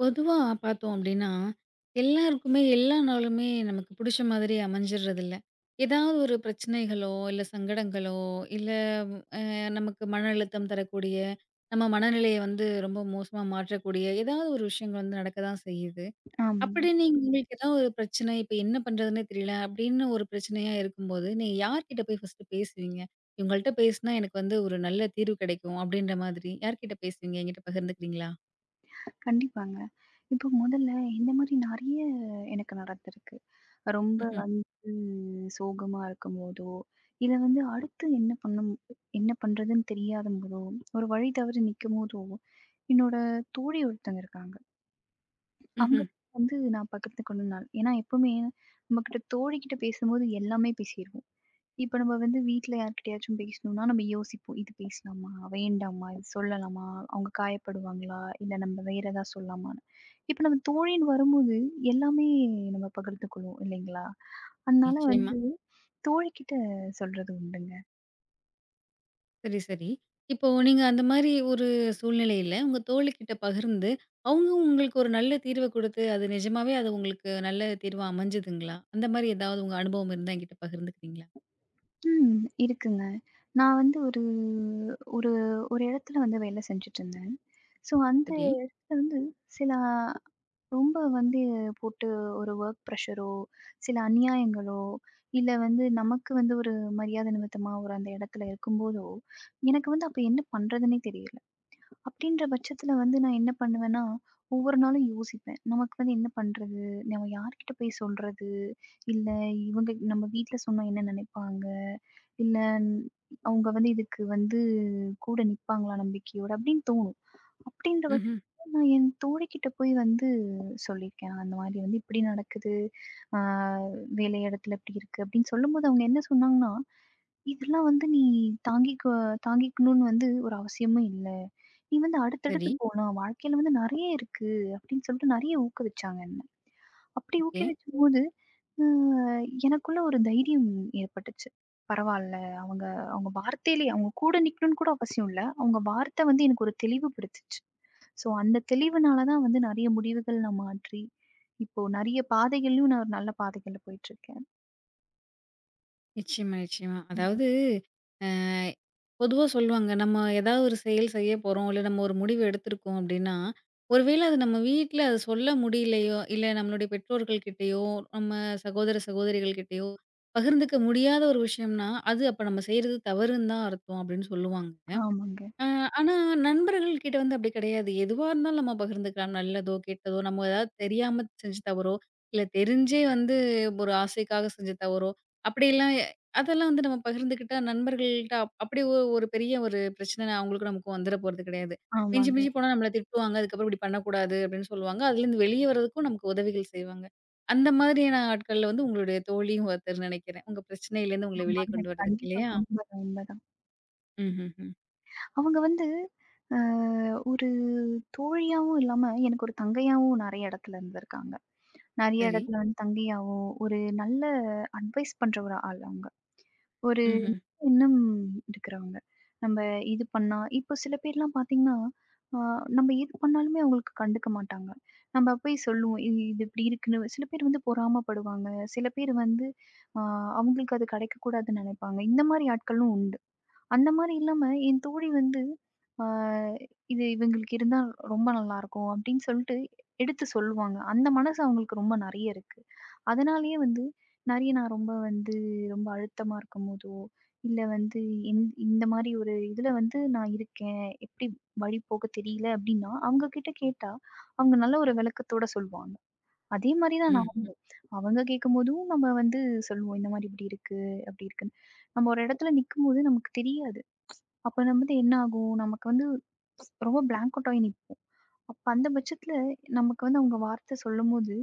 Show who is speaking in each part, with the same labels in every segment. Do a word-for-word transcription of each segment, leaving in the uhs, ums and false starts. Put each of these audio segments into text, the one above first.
Speaker 1: பொதுவா பார்த்தோம் அப்டின்னா, எல்லாருக்குமே எல்லா நாளுமே நமக்கு புடிச்ச மாதிரி அமைஞ்சிறதில்ல. ஏதாவது ஒரு பிரச்சனைகளோ, இல்ல சங்கடங்களோ, இல்ல அ நமக்கு மன அழுத்தம் தரக்கூடிய, நம்ம மனநிலைய வந்து ரொம்ப மோசமா மாற்றக்கூடிய ஏதாவது ஒரு விஷயங்கள் வந்து நடக்க தான் செய்யுது.
Speaker 2: ஆமாங்க.
Speaker 1: அப்படி நீங்க உங்களுக்கு ஏதாவது ஒரு பிரச்சனை, "இப்ப என்ன பண்றதுன்னே தெரியல" அப்படின்னு ஒரு பிரச்சனையா இருக்கும்போது, நீங்க யார்கிட்ட போய் ஃபர்ஸ்ட்டு பேசுவீங்க? "இவங்கள்ட்ட பேசினா எனக்கு வந்து ஒரு நல்ல தீர்வு கிடைக்கும்" அப்படின்ற மாதிரி யார்கிட்ட பேசுவீங்க? என்கிட்ட பகிர்ந்துக்கிறீங்களா?
Speaker 2: கண்டிப்பாங்க. இப்போ முதல்ல இந்த மாரி நெறைய எனக்கு நடந்திருக்கு. ரொம்ப
Speaker 1: ம்ஹ்ம்,
Speaker 2: வந்து சோகமா இருக்கும்போதோ, இல்ல வந்து அடுத்து என்ன பண்ணணும் என்ன பண்றதுன்னு தெரியாதம்போதோ, ஒரு வழி தவறி நிக்கும்போதோ, என்னோட தோழி ஒருத்தங்க இருக்காங்க. அவங்க
Speaker 1: ம்ஹ்ம்.
Speaker 2: வந்து நான் பகிர்ந்துக்கணும்னால ஏன்னா எப்பவுமே நம்மகிட்ட தோழிகிட்ட பேசும்போது எல்லாமே பேசிருவோம். இப்ப நம்ம வந்து வீட்ல யார்கிட்டயாச்சும் பேசணும்னா, நம்ம யோசிப்போம். "இது பேசலாமா? வேண்டாமா? இது சொல்லலாமா? அவங்க காயப்படுவாங்களா? இல்ல நம்ம வேற ஏதாவது சொல்லலாமான்னு." இப்ப நம்ம தோழின்னு வரும்போது, எல்லாமே நம்ம பகிர்ந்துக்குவோம் இல்லைங்களா? அதனால
Speaker 1: நிச்சயமா.
Speaker 2: வந்து தோழிகிட்ட சொல்றது உண்டுங்க.
Speaker 1: சரி, சரி. இப்போ நீங்க அந்த மாரி ஒரு சூழ்நிலையில, உங்க தோழிகிட்ட பகிர்ந்து, அவங்க உங்களுக்கு ஒரு நல்ல தீர்வ குடுத்து, அது நிஜமாவே அது உங்களுக்கு நல்ல தீர்வா அமைஞ்சதுங்களா? அந்த மாரி ஏதாவது உங்க அனுபவம் இருந்தா என்கிட்ட பகிர்ந்துக்கிறீங்களா?
Speaker 2: ம். இருக்குங்க. நான் வந்து ஒரு ஒரு ஒரு இடத்துல வந்து வேலை செஞ்சுட்டு இருந்தேன். ஸோ, அந்த
Speaker 1: சரி.
Speaker 2: இடத்துல வந்து சில ரொம்ப வந்து போட்டு ஒரு வொர்க் ப்ரஷரோ, சில அநியாயங்களோ, இல்ல வந்து நமக்கு வந்து ஒரு மரியாதை நிமித்தமா ஒரு அந்த இடத்துல இருக்கும்போதோ, எனக்கு வந்து அப்ப என்ன பண்றதுன்னே தெரியல. அப்படின்ற பட்சத்துல வந்து நான் என்ன பண்ணுவேன்னா, ஒவ்வொரு நாளும் யோசிப்பேன். நமக்கு வந்து என்ன பண்றது? நம்ம யார்கிட்ட போய் சொல்றது? இல்ல இவங்க நம்ம வீட்ல சொன்னா என்ன நினைப்பாங்க? இல்ல அவங்க வந்து இதுக்கு வந்து கூட நிப்பாங்களா நம்பிக்கையோட? அப்படின்னு தோணும். அப்படின்ற பட்சத்துல
Speaker 1: ம்ஹ்ம்.
Speaker 2: நான் என் தோழிகிட்ட போய் வந்து சொல்லியிருக்கேன். அந்த மாரி வந்து இப்படி நடக்குது. ஆ வேலை இடத்துல இப்படி இருக்கு அப்படின்னு சொல்லும்போது அவங்க என்ன சொன்னாங்கன்னா, "இதெல்லாம் வந்து நீ தாங்கிக்க தாங்கிக்கணும்னு வந்து ஒரு அவசியமும் இல்ல. நீ வந்து
Speaker 1: சரி.
Speaker 2: அடுத்தடுத்து போலாம். வாழ்க்கையில வந்து நெறைய இருக்கு" அப்படின்னு சொல்லிட்டு நெறைய ஊக்குவிச்சாங்க என்ன. அப்படி
Speaker 1: ஓகே.
Speaker 2: ஊக்குவிக்கும்போது அ எனக்குள்ள ஒரு தைரியம் ஏற்பட்டுச்சு. பரவால்ல. அவங்க அவங்க வார்த்தையிலே அவங்க கூட நிக்கணும்னு கூட அவசியம் இல்ல. அவங்க வார்த்தை வந்து எனக்கு ஒரு தெளிவுபடுத்துச்சு. ஸோ அந்த தெளிவுனால தான் வந்து நெறைய முடிவுகள் நான் மாற்றி, இப்போ நெறைய பாதைகள்லயும் நான் ஒரு நல்ல பாதைகள்ல போயிட்டுருக்கேன்.
Speaker 1: நிச்சயமா, நிச்சயமா.
Speaker 2: ம்.
Speaker 1: அதாவது பொதுவாக சொல்லுவாங்க நம்ம ஏதாவது ஒரு செயல் செய்ய போகிறோம் இல்லை நம்ம ஒரு முடிவு எடுத்திருக்கோம் அப்படின்னா ஒருவேளை அது நம்ம வீட்டில் அது சொல்ல முடியலையோ இல்லை நம்மளுடைய பெற்றோர்கள் கிட்டேயோ நம்ம சகோதர சகோதரிகள் கிட்டேயோ பகிர்ந்துக்க முடியாத ஒரு விஷயம்னா அது அப்போ நம்ம செய்கிறது தவறுன்னு தான் அர்த்தம் அப்படின்னு சொல்லுவாங்க.
Speaker 2: ஆமாங்க,
Speaker 1: அ ஆனா, நண்பர்கள் கிட்ட வந்து அப்படி கிடையாது. எதுவா இருந்தாலும் நம்ம பகிர்ந்துக்கலாம். நல்லதோ, கெட்டதோ, நம்ம ஏதாவது தெரியாம செஞ்ச தவறோ, இல்ல தெரிஞ்சே வந்து ஒரு ஆசைக்காக செஞ்ச தவறோ, அப்படியெல்லாம் எ- அதெல்லாம் வந்து நம்ம பகிர்ந்துக்கிட்டா நண்பர்கள்ட்ட அப் அப்படி ஒ ஒரு பெரிய ஒரு பிரச்சனை அவங்களுக்கும் நமக்கும் வந்துற போறது கிடையாது. மிஞ்சி
Speaker 2: ஆமாங்க,
Speaker 1: மிஞ்சி போனா நம்மள திட்டுவாங்க. அதுக்கப்புறம் இப்படி பண்ணக்கூடாது அப்படின்னு சொல்லுவாங்க. அதுலேருந்து வெளிய வரதுக்கும் நமக்கு உதவிகள் செய்வாங்க. அந்த மாதிரியான ஆட்கள்ல வந்து உங்களுடைய தோழியும் ஒருத்தர் நினைக்கிறேன். உங்க பிரச்சனையிலேருந்து உங்கள வெளிய
Speaker 2: ஆமாங்க.
Speaker 1: கொண்டு வரதுக்கு
Speaker 2: கண்டிப்பா.
Speaker 1: இல்லையா?
Speaker 2: உண்மதான், உண்மதான்.
Speaker 1: ம்ஹ்ஹ்ம்.
Speaker 2: அவங்க வந்து அ ஒரு தோழியாவும் இல்லாம, எனக்கு ஒரு தங்கையாவும் நெறைய இடத்துல இருந்திருக்காங்க. நெறைய
Speaker 1: சரி.
Speaker 2: இடத்துல வந்து தங்கையாவோ, ஒரு நல்ல அட்வைஸ் பண்ற ஒரு ஆள் அவங்க. ஒரு
Speaker 1: ம்ஹ்ம்.
Speaker 2: எண்ணம் இருக்கிறவங்க. நம்ம இது பண்ணா இப்போ சில பேர்லாம் பார்த்தீங்கன்னா, ஆ நம்ம எது பண்ணாலுமே அவங்களுக்கு கண்டுக்க மாட்டாங்க. நம்ம போய் சொல்லுவோம். "இது இது இப்படி இருக்குன்னு" சில பேர் வந்து பொறாமப்படுவாங்க. சில பேர் வந்து ஆ அவங்களுக்கு அது கிடைக்கக்கூடாதுன்னு நெனைப்பாங்க. இந்த மாரி ஆட்களும் உண்டு. அந்த மாரி இல்லாம என் தோழி வந்து ஆ இது இவங்களுக்கு இருந்தா ரொம்ப நல்லாருக்கும் அப்டின்னு சொல்ட்டு எடுத்து சொல்லுவாங்க. அந்த மனசு அவங்களுக்கு ரொம்ப நெறைய இருக்கு. அதனாலேயே வந்து நெறைய நான் ரொம்ப வந்து ரொம்ப அழுத்தமா இருக்கும்போதோ, இல்ல வந்து இந் இந்த மாரி ஒரு இதுல வந்து நான் இருக்கேன். எப்டி வழி போக தெரியல அப்டின்னா, அவங்க கிட்ட கேட்டா, அவங்க நல்ல ஒரு விளக்கத்தோட சொல்லுவாங்க. அதே மாரி தான்
Speaker 1: ம். ம்.
Speaker 2: நாமளும். அவங்க கேட்கும்போதும் நம்ம வந்து சொல்லுவோம். இந்த மாரி இப்டி இருக்கு, அப்டி இருக்குன்னு. நம்ம ஒரு இடத்துல நிக்கும்போது நமக்கு தெரியாது. அப்ப நம்ம வந்து என்ன ஆகும்? நமக்கு வந்து ரொம்ப பிளாங்க் அவுட் ஆயி நிப்போம். அப்ப அந்த பட்சத்துல நமக்கு வந்து அவங்க வார்த்தை சொல்லும்போது,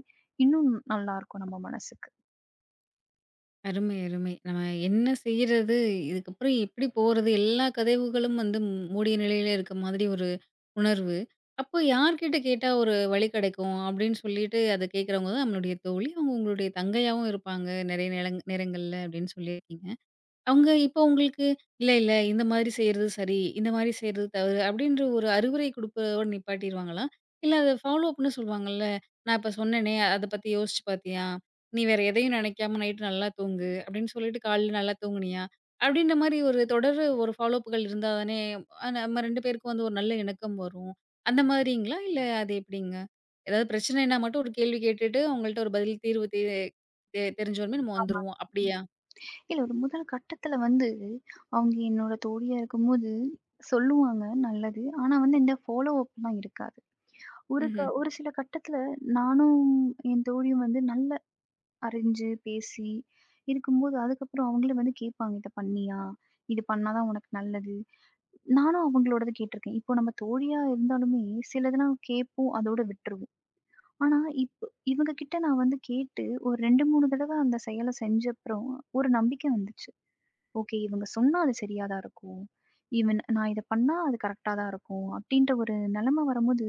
Speaker 2: இன்னும் நல்லாருக்கும் நம்ம மனசுக்கு.
Speaker 1: அருமை, அருமை. நம்ம என்ன செய்றது? இதுக்கப்புறம் எப்படி போறது? எல்லா கதவுகளும் வந்து மூ- மூடிய நிலையில இருக்க மாதிரி ஒரு உணர்வு. அப்போ யார்கிட்ட கேட்டா ஒரு வழி கிடைக்கும்? அப்படின்னு சொல்லிட்டு அத கேட்கிறவங்க தான் நம்மளுடைய தோழி. அவங்க உங்களுடைய தங்கையாவும் இருப்பாங்க, நிறைய நேரங் நேரங்கள்ல அப்படின்னு சொல்லியிருக்கீங்க. அவங்க இப்போ உங்களுக்கு, "இல்ல, இல்ல இந்த மாதிரி செய்றது சரி. இந்த மாதிரி செய்றது தவறு." அப்படின்ற ஒரு அறிவுரை குடுப்பதோட நிப்பாட்டிருவாங்களா? இல்ல அத ஃபாலோ அப்ன்னு சொல்லுவாங்கல்ல. "நான் இப்ப சொன்னேனே, அத பத்தி யோசிச்சு பார்த்தியா? நீ வேற எதையும் நினைக்காம நைட் நல்லா தூங்கு" அப்படின்னு சொல்லிட்டு காலைல நல்லா தூங்குனியா? அப்படின்ற மாரி ஒரு தொடர் ஒரு ஃபாலோ அப்புகள் இருந்தா தானே, அ நம்ம ரெண்டு பேருக்கும் வந்து ஒரு நல்ல இணக்கம் வரும். அந்த மாதிரிங்களா? இல்ல அது எப்படிங்க? ஏதாவது பிரச்சனைனா மட்டும் ஒரு கேள்வி கேட்டுட்டு, அவங்கள்ட்ட ஒரு பதில் தீர்வு தெ தெ தெரிஞ்ச உடனே நம்ம
Speaker 2: ஆமா.
Speaker 1: வந்துருவோம்.
Speaker 2: ம்.
Speaker 1: அப்படியா?
Speaker 2: இல்ல ஒரு முதல் கட்டத்துல வந்து அவங்க என்னோட தோழியா இருக்கும்போது சொல்லுவாங்க நல்லது. ஆனா வந்து இந்த ஃபாலோ அப்லாம் இருக்காது. ஒரு க
Speaker 1: ம்ஹ்ம்.
Speaker 2: ஒரு சில கட்டத்துல நானும் என் தோழியும் வந்து நல்லா அறிஞ்சு, பேசி இருக்கும்போது அதுக்கப்புறம் அவங்களே வந்து கேட்பாங்க. "இத பண்ணியா? இது பண்ணா தான் உனக்கு நல்லது." நானும் அவங்களோடது கேட்டுருக்கேன். இப்போ நம்ம தோழியா இருந்தாலுமே, சிலதெல்லாம் கேட்போம், அதோட விட்டுருவோம். ஆனா, இப்போ இவங்க கிட்ட நான் வந்து கேட்டு ஒரு ரெண்டு, மூணு தடவ அந்த செயல செஞ்சப்புறம், ஒரு நம்பிக்கை வந்துச்சு. ஓகே. இவங்க சொன்னா அது சரியா தான் இருக்கும். ஈவன் நான் இத பண்ணா அது கரெக்ட்டா தான் இருக்கும். அப்டின்ற ஒரு நெலம வரும்போது,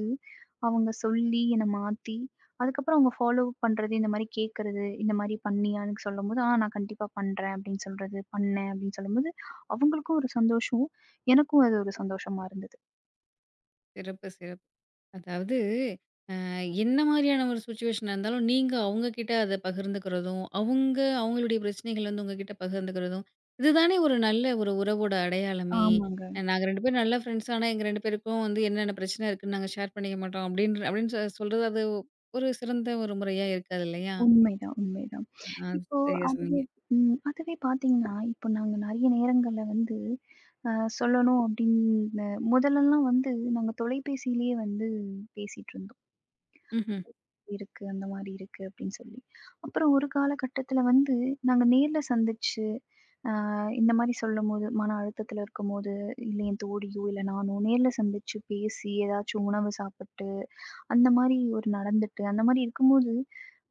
Speaker 2: அவங்க சொல்லி என்ன மாத்தி, அதுக்கப்புறம் அவங்க ஃபாலோ பண்றது, இந்த மாரி கேட்கறது, இந்த மாரி பண்ணியான்னு சொல்லும்போது, "ஆ நான் கண்டிப்பா பண்றேன்" அப்டின்னு சொல்றது, "பண்ணேன்" அப்டின்னு சொல்லும்போது, அவங்களுக்கும் ஒரு சந்தோஷம். எனக்கும் அது ஒரு சந்தோஷமா இருந்தது.
Speaker 1: சிறப்பு, சிறப்பு. அதாவது அ என்ன மாரியான ஒரு சிச்சுவேஷனா இருந்தாலும், நீங்க அவங்க கிட்ட அத பகிர்ந்துக்கிறதும், அவங்க அவங்களுடைய பிரச்சனைகள் வந்து உங்ககிட்ட பகிர்ந்துக்கிறதும், இதுதானே ஒரு நல்ல ஒரு உறவோட அடையாளமே!
Speaker 2: ஆமாங்க.
Speaker 1: அஹ், "நாங்க ரெண்டு பேரும் நல்ல ஃப்ரெண்ட்ஸ். ஆனா, எங்க இரண்டு பேருக்கும் வந்து என்னென்ன பிரச்சனை இருக்குன்னு நாங்க ஷேர் பண்ணிக்க மாட்டோம்." அப்படின்ற அப்படின்னு சொ சொல்றது அது ஒரு சிறந்த ஒரு முறையா இருக்காது இல்லையா?
Speaker 2: உண்மைதான், உண்மைதான்.
Speaker 1: ஆ,
Speaker 2: இப்போ
Speaker 1: சரியா
Speaker 2: அதுவே
Speaker 1: சொன்னீங்க.
Speaker 2: ம். அதுவே பார்த்தீங்கன்னா, இப்போ நாங்க நெறைய நேரங்கள்ல வந்து அ சொல்லணும் அப்படின்னு முதல்லலாம் வந்து நாங்க தொலைபேசியிலேயே வந்து பேசிட்டுருந்தோம்.
Speaker 1: ம்ஹ்ம்.
Speaker 2: இருக்கு, அந்த மாரி இருக்கு அப்படின்னு சொல்லி. அப்புறம் ஒரு காலகட்டத்தில வந்து நாங்க நேர்ல சந்திச்சு, அ இந்த மாரி சொல்லும்போது, மன அழுத்தத்தில இருக்கும்போது, இல்ல என் தோழியோ, இல்ல நானோ நேர்ல சந்திச்சு பேசி, ஏதாச்சும் உணவு சாப்பிட்டு, அந்த மாரி ஒரு நடந்துட்டு, அந்த மாரி இருக்கும்போது,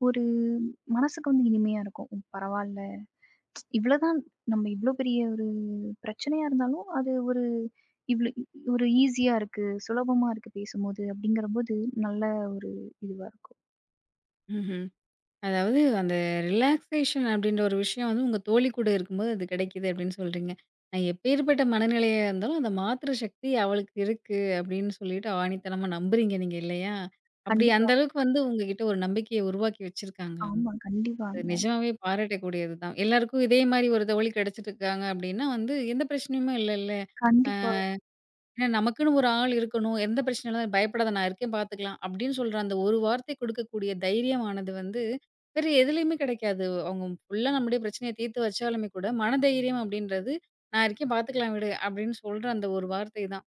Speaker 2: ஒரு மனசுக்கு வந்து இனிமையா இருக்கும். பரவால்ல. இவ்வளதான் நம்ம இவ்ளோ பெரிய ஒரு பிரச்சனையா இருந்தாலும், அது ஒரு இவ்ளோ ஒரு ஈஸியா இருக்கு. சுலபமா இருக்கு பேசும்போது அப்படிங்கிறபோது, நல்ல ஒரு இதுவா இருக்கும்.
Speaker 1: ம்ஹ்ம். அதாவது அந்த ரிலாக்சேஷன் அப்படின்ற ஒரு விஷயம் வந்து உங்க தோழி கூட இருக்கும்போது அது கிடைக்குது அப்படின்னு சொல்றீங்க. நான் எப்பேர்ப்பட்ட மனநிலையா இருந்தாலும் அந்த மாத்துற சக்தி அவளுக்கு இருக்கு அப்படின்னு சொல்லிட்டு ஆணித்தனமா நம்புறீங்க நீங்க இல்லையா? அப்படி அந்த
Speaker 2: கண்டிப்பா.
Speaker 1: அளவுக்கு வந்து உங்ககிட்ட ஒரு நம்பிக்கைய உருவாக்கி வச்சிருக்காங்க அவங்க.
Speaker 2: ஆமா.
Speaker 1: அது
Speaker 2: கண்டிப்பாங்க.
Speaker 1: நிஜமாவே பாராட்டக்கூடியது தான். எல்லாருக்கும் இதே மாரி ஒரு தோழி கிடைச்சிட்டு இருக்காங்க அப்படின்னா வந்து எந்த பிரச்சனையுமே இல்லல்ல.
Speaker 2: கண்டிப்பா.
Speaker 1: ஏன்னா நமக்குன்னு ஒரு ஆள் இருக்கணும். எந்த பிரச்சனை இல்ல பயப்படாத நான் இருக்கேன் பார்த்துக்கலாம். அப்படின்னு சொல்ற அந்த ஒரு வார்த்தை கொடுக்கக்கூடிய தைரியமானது வந்து, வேற எதுலயுமே கிடைக்காது. அவங்க ஃபுல்லா நம்முடைய பிரச்சனைய தீர்த்து வச்சாலுமே கூட, மனதைரியம் அப்படின்றது, "நான் இருக்கேன் பார்த்துக்கலாம் விடு" அப்படின்னு சொல்ற அந்த ஒரு வார்த்தை தான்.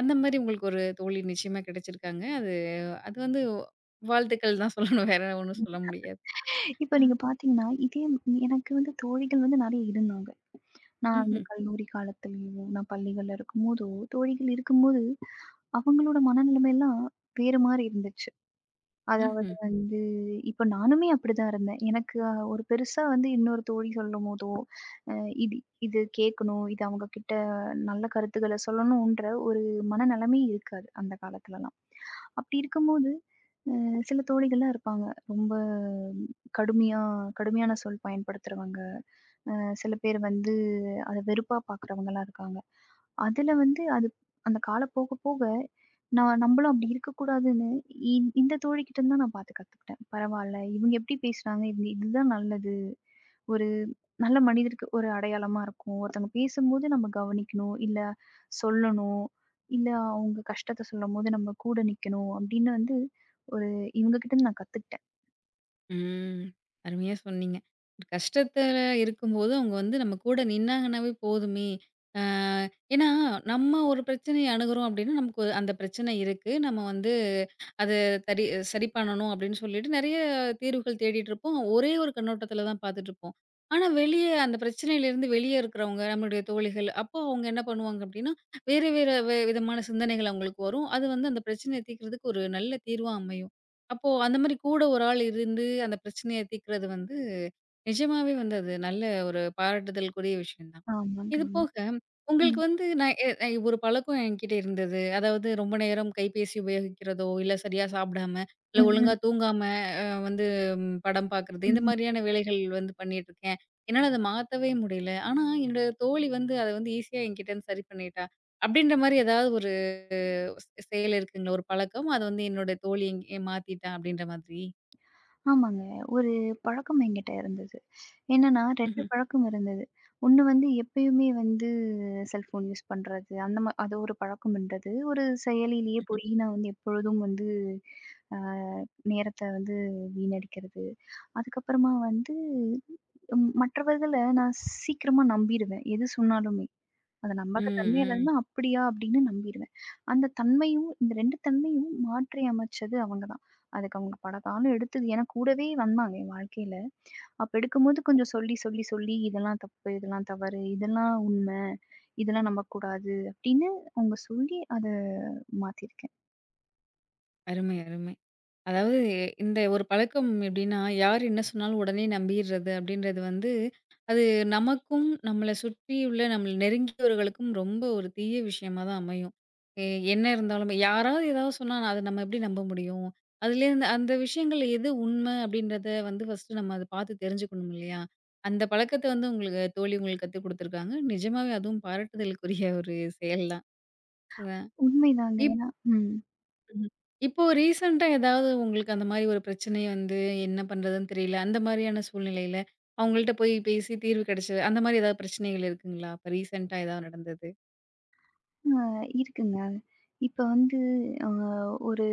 Speaker 1: அந்த மாரி உங்களுக்கு ஒரு தோழி நிச்சயமா கிடைச்சிருக்காங்க. அது அது வந்து வாழ்த்துக்கள் தான் சொல்லணும். வேற ஒண்ணும் சொல்ல முடியாது.
Speaker 2: இப்ப
Speaker 1: அ,
Speaker 2: நீங்க பார்த்தீங்கன்னா, இதே ம், எனக்கு வந்து தோழிகள் வந்து நெறைய இருந்தாங்க. நான் அந்த
Speaker 1: ம்ஹ்ம்,
Speaker 2: கல்லூரி காலத்துலயும், நான் பள்ளிகள்ல இருக்கும்போதோ, தோழிகள் இருக்கும்போது, அவங்களோட மனநிலைமைலாம் வேற மாரி இருந்துச்சு. அதாவது
Speaker 1: ம்ஹ்ம்.
Speaker 2: வந்து இப்ப நானுமே அப்படிதான் இருந்தேன். எனக்கு அ ஒரு பெருசா வந்து இன்னொரு தோழி சொல்லும்போதோ, அ இது இது கேட்கணும், இது அவங்க கிட்ட நல்ல கருத்துக்கள சொல்லணுன்ற ஒரு மனநிலைமை இருக்காது அந்த காலத்துலலாம். அப்படி இருக்கும்போது அ சில தோழிகள்லாம் இருப்பாங்க. ரொம்ப கடுமையா கடுமையான சொல் பயன்படுத்துறவங்க. அ சில பேர் வந்து அத வெறுப்பா பார்க்குறவங்கலாம் இருக்காங்க. அதுல வந்து அது அந்த காலம் போக போக நான் நம்பளும் அப்படி இருக்கக்கூடாதுன்னு, இந் இந்த தோழிகிட்டருந்து தான் நான் பார்த்து கத்துக்கிட்டேன். பரவால்ல, இவங்க எப்படி பேசுறாங்க, இவங்க இதுதான் நல்லது. ஒரு நல்ல மனிதருக்கு ஒரு அடையாளமா இருக்கும். ஒருத்தவங்க பேசும்போது நம்ம கவனிக்கணும், இல்ல சொல்லணும், இல்ல அவங்க கஷ்டத்த சொல்லும்போது நம்ம கூட நிக்கணும் அப்படின்னு வந்து, ஒரு இவங்க கிட்டருந்து நான் கத்துக்கிட்டேன்.
Speaker 1: ம். அருமையா சொன்னீங்க. ஒரு கஷ்டத்துல இருக்கும்போது, அவங்க வந்து நம்ம கூட நின்னாங்கன்னாவே போதுமே! அ ஏன்னா, நம்ம ஒரு பிரச்சனைய அணுகுறோம் அப்டின்னா, நமக்கு ஒரு- அந்த பிரச்சனை இருக்கு. நம்ம வந்து அத தரி சரி பண்ணணும் அப்டின்னு சொல்லிட்டு நெறைய தீர்வுகள் தேடிட்டு இருப்போம். ஒரே ஒரு கண்ணோட்டத்துல தான் பாத்துட்டுருப்போம். ஆனா, வெளிய அந்த பிரச்சனையிலேருந்து வெளிய இருக்கிறவங்க, நம்மளுடைய தோழிகள், அப்போ அவங்க என்ன பண்ணுவாங்க அப்டின்னா, வேறு வேற வ விதமான சிந்தனைகள் அவங்களுக்கு வரும். அது வந்து அந்த பிரச்சனைய தீர்க்கிறதுக்கு ஒரு நல்ல தீர்வா அமையும். அப்போ அந்த மாரி கூட ஒரு ஆள் இருந்து அந்த பிரச்சனைய தீர்க்கிறது வந்து, நிஜமாவே வந்து அது நல்ல ஒரு பாராட்டுதலுக்குரிய விஷயம் தான்.
Speaker 2: ஆமாங்க.
Speaker 1: இது ம். போக, உங்களுக்கு
Speaker 2: ம்.
Speaker 1: வந்து நான் எ எ ஒரு பழக்கம் என்கிட்ட இருந்தது. அதாவது ரொம்ப நேரம் கைபேசி உபயோகிக்கிறதோ, இல்ல சரியா சாப்பிடாம, இல்ல
Speaker 2: ம்,
Speaker 1: ஒழுங்கா
Speaker 2: ம்,
Speaker 1: தூங்காம அ வந்து ம், படம் பார்க்குறது, இந்த
Speaker 2: ம்.
Speaker 1: மாரியான வேலைகள் வந்து பண்ணிட்டுருக்கேன். என்னால அத மாத்தவே முடியல. ஆனா, என்னோட தோழி வந்து அத வந்து ஈஸியா என்கிட்டேருந்து சரி பண்ணிட்டா. அப்படின்ற மாரி ஏதாவது ஒரு ஸ் செயல் இருக்குங்களா? ஒரு பழக்கம். அது வந்து என்னோட தோழி எங் மாத்திட்டா அப்டின்ற மாதிரி.
Speaker 2: ஆமாங்க. ஒரு பழக்கம் என்கிட்ட இருந்தது. என்னன்னா ரெண்டு
Speaker 1: ம்ஹ்ம்,
Speaker 2: பழக்கம் இருந்தது. ஒண்ணு வந்து எப்பயுமே வந்து செல்ஃபோன் யூஸ் பண்றது. அந்த மா அது ஒரு பழக்கம் இருந்தது. ஒரு செயலிலேயே
Speaker 1: ம்ஹ்ம்.
Speaker 2: போயி நான் வந்து எப்பொழுதும் வந்து அ நேரத்த வந்து வீணடிக்கிறது. அதுக்கப்புறமா வந்து ம் மற்றவர்கள நான் சீக்கிரமா நம்பிருவேன். எது சொன்னாலுமே. அந்த
Speaker 1: ம்,
Speaker 2: நம்பகத்தன்மை அது
Speaker 1: ம்.
Speaker 2: வந்து அப்படியா அப்படின்னு நம்பிருவேன். அந்த தன்மையும் இந்த ரெண்டு தன்மையும் மாற்றி அமைச்சது அவங்க தான். அதுக்கு அவங்க பல காலம் எடுத்தது. ஏன்னா கூடவே வந்தாங்க என் வாழ்க்கையில. அப்ப எடுக்கும்போது கொஞ்சம் சொல்லி, சொல்லி, சொல்லி இதெல்லாம் தப்பு, இதெல்லாம் தவறு, இதெல்லாம் உண்மை, இதெல்லாம் நம்பக்கூடாது அப்படின்னு அவங்க சொல்லி அத மாத்திருக்கேன்.
Speaker 1: அருமை, அருமை. அதாவது இந்த ஒரு பழக்கம் எப்படின்னா, யார் என்ன சொன்னாலும் உடனே நம்பிர்றது அப்படின்றது வந்து, அது நமக்கும், நம்மள சுற்றியுள்ள நம்மள நெருங்கியவர்களுக்கும் ரொம்ப ஒரு தீய விஷயமா தான் அமையும். எ என்ன இருந்தாலுமே யாராவது ஏதாவது சொன்னா அத நம்ம எப்படி நம்ப முடியும்? அதுலேருந்து அந்த விஷயங்கள் எது உண்மை அப்படின்றத வந்து ஃபர்ஸ்ட்டு நம்ம அத பார்த்து தெரிஞ்சுக்கணும் இல்லையா? அந்த பழக்கத்த வந்து உங்களுக்கு தோழி உங்களுக்கு கத்துக் குடுத்துருக்காங்க. நிஜமாவே அதுவும் பாராட்டுதலுக்குரிய ஒரு செயல் தான். அ
Speaker 2: உண்மைதாங்க.
Speaker 1: இப்
Speaker 2: ஏன்னா ம்.
Speaker 1: ம்ஹ்ம். இப்போ ரீசென்ட்டா ஏதாவது உங்களுக்கு அந்த மாரி ஒரு பிரச்சனை வந்து என்ன பண்றதுன்னு தெரியல. அந்த மாரியான சூழ்நிலையில அவங்கள்ட்ட போய் பேசி தீர்வு கிடைச்சது. அந்த மாரி ஏதாவது பிரச்சனைகள் இருக்குங்களா? அப்ப ரீசென்ட்டா ஏதாவது நடந்தது?
Speaker 2: அ இருக்குங்க. இப்ப வந்து அ ஒரு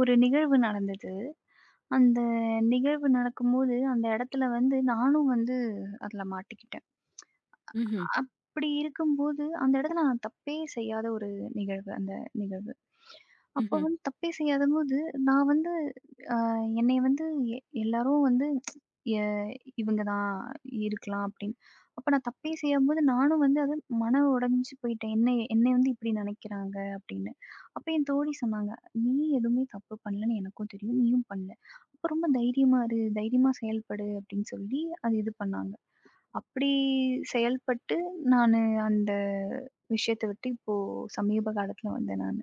Speaker 2: ஒரு நிகழ்வு நடந்தது. அந்த நிகழ்வு நடக்கும்போது, அந்த இடத்துல வந்து நானும் வந்து அதுல மாட்டிக்கிட்டேன்.
Speaker 1: ம்ஹ்ம்,
Speaker 2: அப்படி இருக்கும்போது, அந்த இடத்துல நான் தப்பே செய்யாத ஒரு நிகழ்வு, அந்த நிகழ்வு. அப்போ
Speaker 1: ம்ஹ்ம்.
Speaker 2: வந்து தப்பே செய்யாதபோது, நான் வந்து என்னைய வந்து எ எல்லாரும் வந்து எ இவங்க தான் இருக்கலாம் அப்படின்னு. அப்ப நான் தப்பே செய்யும்போது நானும் வந்து அது மனம் உடைஞ்சு போயிட்டேன். என்னை என்னை வந்து இப்படி நினைக்கிறாங்க அப்படின்னு. அப்ப என் தோழி சொன்னாங்க, "நீ எதுவுமே தப்பு பண்ணலன்னு எனக்கும் தெரியும். நீயும் பண்ணல. அப்ப ரொம்ப தைரியமா இரு. தைரியமா செயல்படு" அப்படின்னு சொல்லி அது இது பண்ணாங்க. அப்படி செயல்பட்டு நானு அந்த விஷயத்த விட்டு இப்போ சமீப காலத்துல வந்தேன் நானு.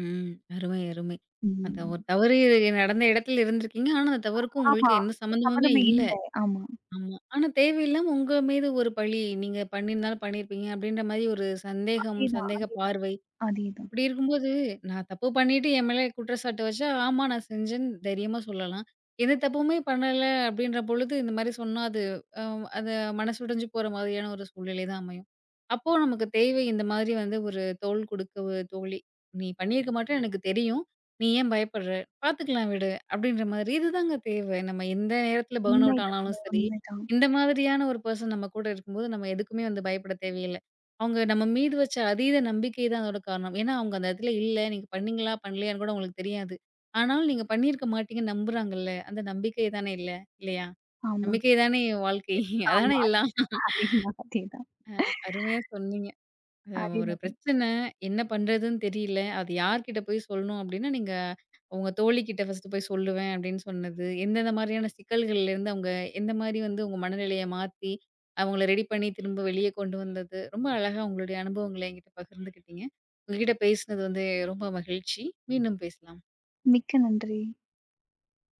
Speaker 1: ம். அருமை, அருமை. அந்த
Speaker 2: ம்.
Speaker 1: ஒரு தவறு நடந்த இடத்துல இருந்திருக்கீங்க. ஆனா அந்த தவறுக்கும்
Speaker 2: ஆமா.
Speaker 1: உங்களுக்கும் எந்த சம்மந்தமுமே
Speaker 2: சம்மதமே
Speaker 1: இல்ல.
Speaker 2: இல்ல. ஆமா.
Speaker 1: ஆமா. ஆனா தேவையில்லாம உங்க மீது ஒரு பழி. நீங்க பண்ணியிருந்தாலும் பண்ணியிருப்பீங்க அப்படின்ற மாரி ஒரு சந்தேகம்,
Speaker 2: அதேதான்.
Speaker 1: சந்தேக
Speaker 2: அதே
Speaker 1: பார்வை.
Speaker 2: அதேதான்.
Speaker 1: அப்படி இருக்கும்போது, நான் தப்பு பண்ணிட்டு என் மேல குற்றச்சாட்டு வச்சா, ஆமா நான் செஞ்சேன்னு தைரியமா சொல்லலாம். எந்த தப்புமே பண்ணல அப்படின்ற பொழுது, இந்த மாரி சொன்னா அது அ அத மனசு உடைஞ்சு போற மாதிரியான ஒரு சூழ்நிலை தான் அமையும். அப்போ நமக்கு தேவை இந்த மாதிரி வந்து ஒரு தோள் கொடுக்க ஒரு தோழி. "நீ பண்ணியிருக்க மாட்டேன்னு எனக்கு தெரியும். நீ ஏன் பயப்படுற? பார்த்துக்கலாம் விடு." அப்படின்ற மாதிரி இதுதாங்க தேவை. நம்ம எந்த நேரத்தில பர்ன் அவுட்
Speaker 2: உண்மைதாங்க,
Speaker 1: ஆனாலும் சரி,
Speaker 2: உண்மைதான்.
Speaker 1: இந்த மாதிரியான ஒரு பெர்சன் நம்ம கூட இருக்கும்போது, நம்ம எதுக்குமே வந்து பயப்பட தேவையில்ல. அவங்க நம்ம மீது வச்ச அதீத நம்பிக்கை தான் அதோட காரணம். ஏன்னா, அவங்க அந்த இடத்துல இல்ல, நீங்க பண்ணீங்களா? பண்ணலையான்னு கூட உங்களுக்கு தெரியாது. ஆனாலும் நீங்க பண்ணியிருக்க மாட்டீங்கன்னு நம்புறாங்கல்ல, அந்த நம்பிக்கை தானே இல்ல, இல்லையா?
Speaker 2: ஆமா,
Speaker 1: நம்பிக்கை தானே வாழ்க்கை. அதானே
Speaker 2: ஆமா.
Speaker 1: எல்லாம்.
Speaker 2: அதேதான்,
Speaker 1: அருமையா சொன்னீங்க. அ ஒரு
Speaker 2: அதேதான்.
Speaker 1: பிரச்சனை, என்ன பண்றதுன்னு தெரியல. அது யார்கிட்ட போய் சொல்லணும் அப்டின்னா, நீங்க உங்க தோழிகிட்ட ஃபர்ஸ்ட்டு போய் சொல்லுவேன் அப்டின்னு சொன்னது, எந்தெந்த மாரியான சிக்கல்கள்லேருந்து அவங்க எந்த மாரி வந்து உங்க மனநிலைய மாத்தி, அவங்கள ரெடி பண்ணி திரும்ப வெளிய கொண்டு வந்தது, ரொம்ப அழகா உங்களுடைய அனுபவங்கள என்கிட்ட பகிர்ந்துக்கிட்டீங்க. உங்ககிட்ட பேசினது வந்து ரொம்ப மகிழ்ச்சி. மீண்டும் பேசலாம்.
Speaker 2: மிக்க நன்றி.